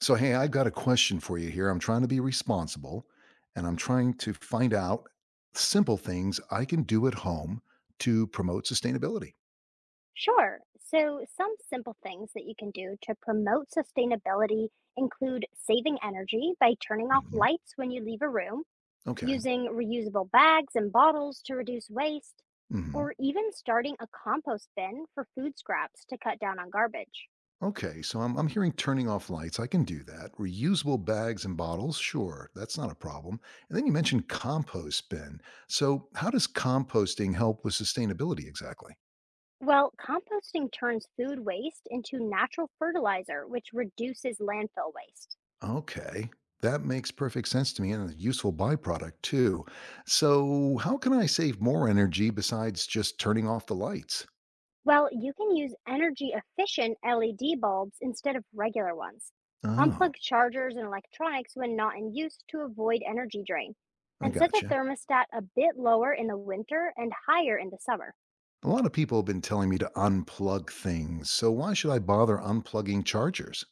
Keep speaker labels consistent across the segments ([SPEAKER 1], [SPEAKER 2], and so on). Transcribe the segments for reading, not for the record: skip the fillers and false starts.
[SPEAKER 1] So, hey, I've got a question for you here. I'm trying to be responsible and I'm trying to find out simple things I can do at home to promote sustainability.
[SPEAKER 2] Sure. So, some simple things that you can do to promote sustainability include saving energy by turning off
[SPEAKER 1] Hmm.
[SPEAKER 2] lights when you leave a room,
[SPEAKER 1] Okay.
[SPEAKER 2] using reusable bags and bottles to reduce waste,
[SPEAKER 1] Hmm.
[SPEAKER 2] or even starting a compost bin for food scraps to cut down on garbage.
[SPEAKER 1] Okay. So, I'm hearing turning off lights. I can do that. Reusable bags and bottles. Sure. That's not a problem. And then you mentioned compost bin. So, how does composting help with sustainability exactly?
[SPEAKER 2] Well, composting turns food waste into natural fertilizer, which reduces landfill waste.
[SPEAKER 1] Okay. That makes perfect sense to me and a useful byproduct too. So, how can I save more energy besides just turning off the lights?
[SPEAKER 2] Well, you can use energy efficient LED bulbs instead of regular ones. Unplug
[SPEAKER 1] Oh,
[SPEAKER 2] chargers and electronics when not in use to avoid energy drain.
[SPEAKER 1] I
[SPEAKER 2] And set the
[SPEAKER 1] gotcha.
[SPEAKER 2] thermostat a bit lower in the winter and higher in the summer.
[SPEAKER 1] A lot of people have been telling me to unplug things, so why should I bother unplugging chargers?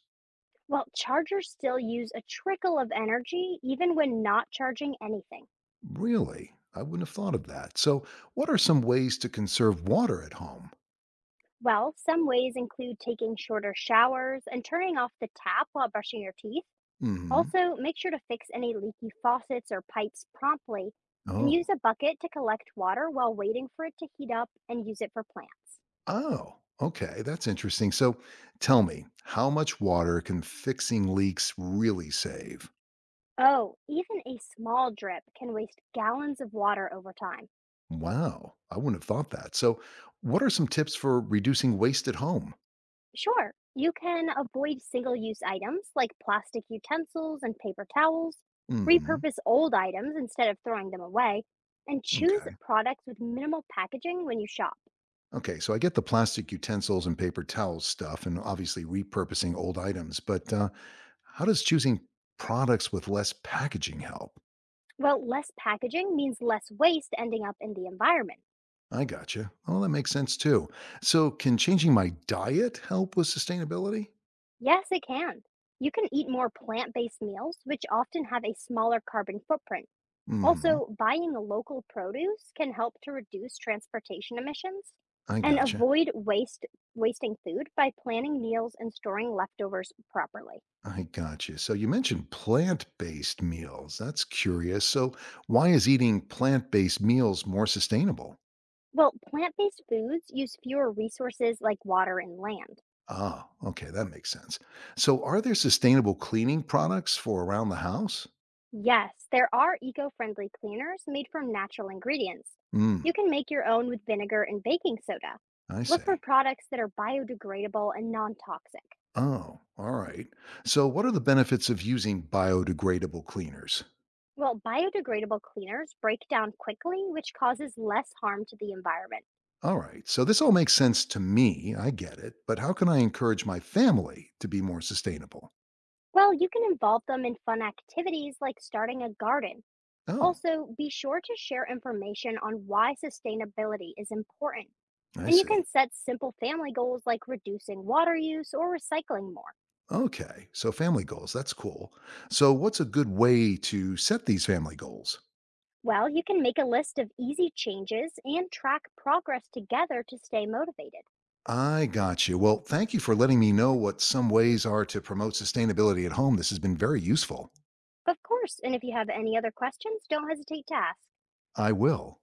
[SPEAKER 2] While chargers still use a trickle of energy even when not charging anything.
[SPEAKER 1] Really? I wouldn't have thought of that. So, what are some ways to conserve water at home?
[SPEAKER 2] Well, some ways include taking shorter showers and turning off the tap while brushing your teeth.
[SPEAKER 1] Hmm.
[SPEAKER 2] Also, make sure to fix any leaky faucets or pipes promptly and use
[SPEAKER 1] Oh.
[SPEAKER 2] a bucket to collect water while waiting for it to heat up and use it for plants.
[SPEAKER 1] Oh. Okay, that's interesting. So, tell me, how much water can fixing leaks really save?
[SPEAKER 2] Oh, even a small drip can waste gallons of water over time.
[SPEAKER 1] Wow. I wouldn't have thought that. So, what are some tips for reducing waste at home?
[SPEAKER 2] Sure, you can avoid single use items like plastic utensils and paper towels,
[SPEAKER 1] Hmm.
[SPEAKER 2] repurpose old items instead of throwing them away, and choose
[SPEAKER 1] Okay.
[SPEAKER 2] products with minimal packaging when you shop.
[SPEAKER 1] Okay. So, I get the plastic utensils and paper towels stuff, and obviously repurposing old items. But how does choosing products with less packaging help?
[SPEAKER 2] Well, less packaging means less waste ending up in the environment.
[SPEAKER 1] I gotcha. Oh, that makes sense too. So, can changing my diet help with sustainability?
[SPEAKER 2] Yes, it can. You can eat more plant based meals, which often have a smaller carbon footprint.
[SPEAKER 1] Hmm.
[SPEAKER 2] Also, buying local produce can help to reduce transportation emissions
[SPEAKER 1] I
[SPEAKER 2] and
[SPEAKER 1] gotcha.
[SPEAKER 2] avoid waste wasting food by planning meals and storing leftovers properly.
[SPEAKER 1] I got you. So you mentioned plant-based meals. That's curious. So why is eating plant-based meals more sustainable?
[SPEAKER 2] Well, plant-based foods use fewer resources like water and land.
[SPEAKER 1] Ah, okay, that makes sense. So are there sustainable cleaning products for around the house?
[SPEAKER 2] Yes, there are eco friendly cleaners made from natural ingredients. You
[SPEAKER 1] Hmm,
[SPEAKER 2] can make your own with vinegar and baking soda.
[SPEAKER 1] I
[SPEAKER 2] Look for
[SPEAKER 1] see.
[SPEAKER 2] products that are biodegradable and non toxic.
[SPEAKER 1] Oh, all right. So what are the benefits of using biodegradable cleaners?
[SPEAKER 2] Well, biodegradable cleaners break down quickly, which causes less harm to the environment.
[SPEAKER 1] All right. So this all makes sense to me. I get it. But how can I encourage my family to be more sustainable?
[SPEAKER 2] Well, you can involve them in fun activities like starting a garden.
[SPEAKER 1] Oh,
[SPEAKER 2] Also, be sure to share information on why sustainability is important.
[SPEAKER 1] I
[SPEAKER 2] And you
[SPEAKER 1] see.
[SPEAKER 2] can set simple family goals like reducing water use or recycling more.
[SPEAKER 1] Okay, so family goals, that's cool. So, what's a good way to set these family goals?
[SPEAKER 2] Well, you can make a list of easy changes and track progress together to stay motivated.
[SPEAKER 1] I got you. Well, thank you for letting me know what some ways are to promote sustainability at home. This has been very useful.
[SPEAKER 2] Of course, and if you have any other questions, don't hesitate to ask.
[SPEAKER 1] I will.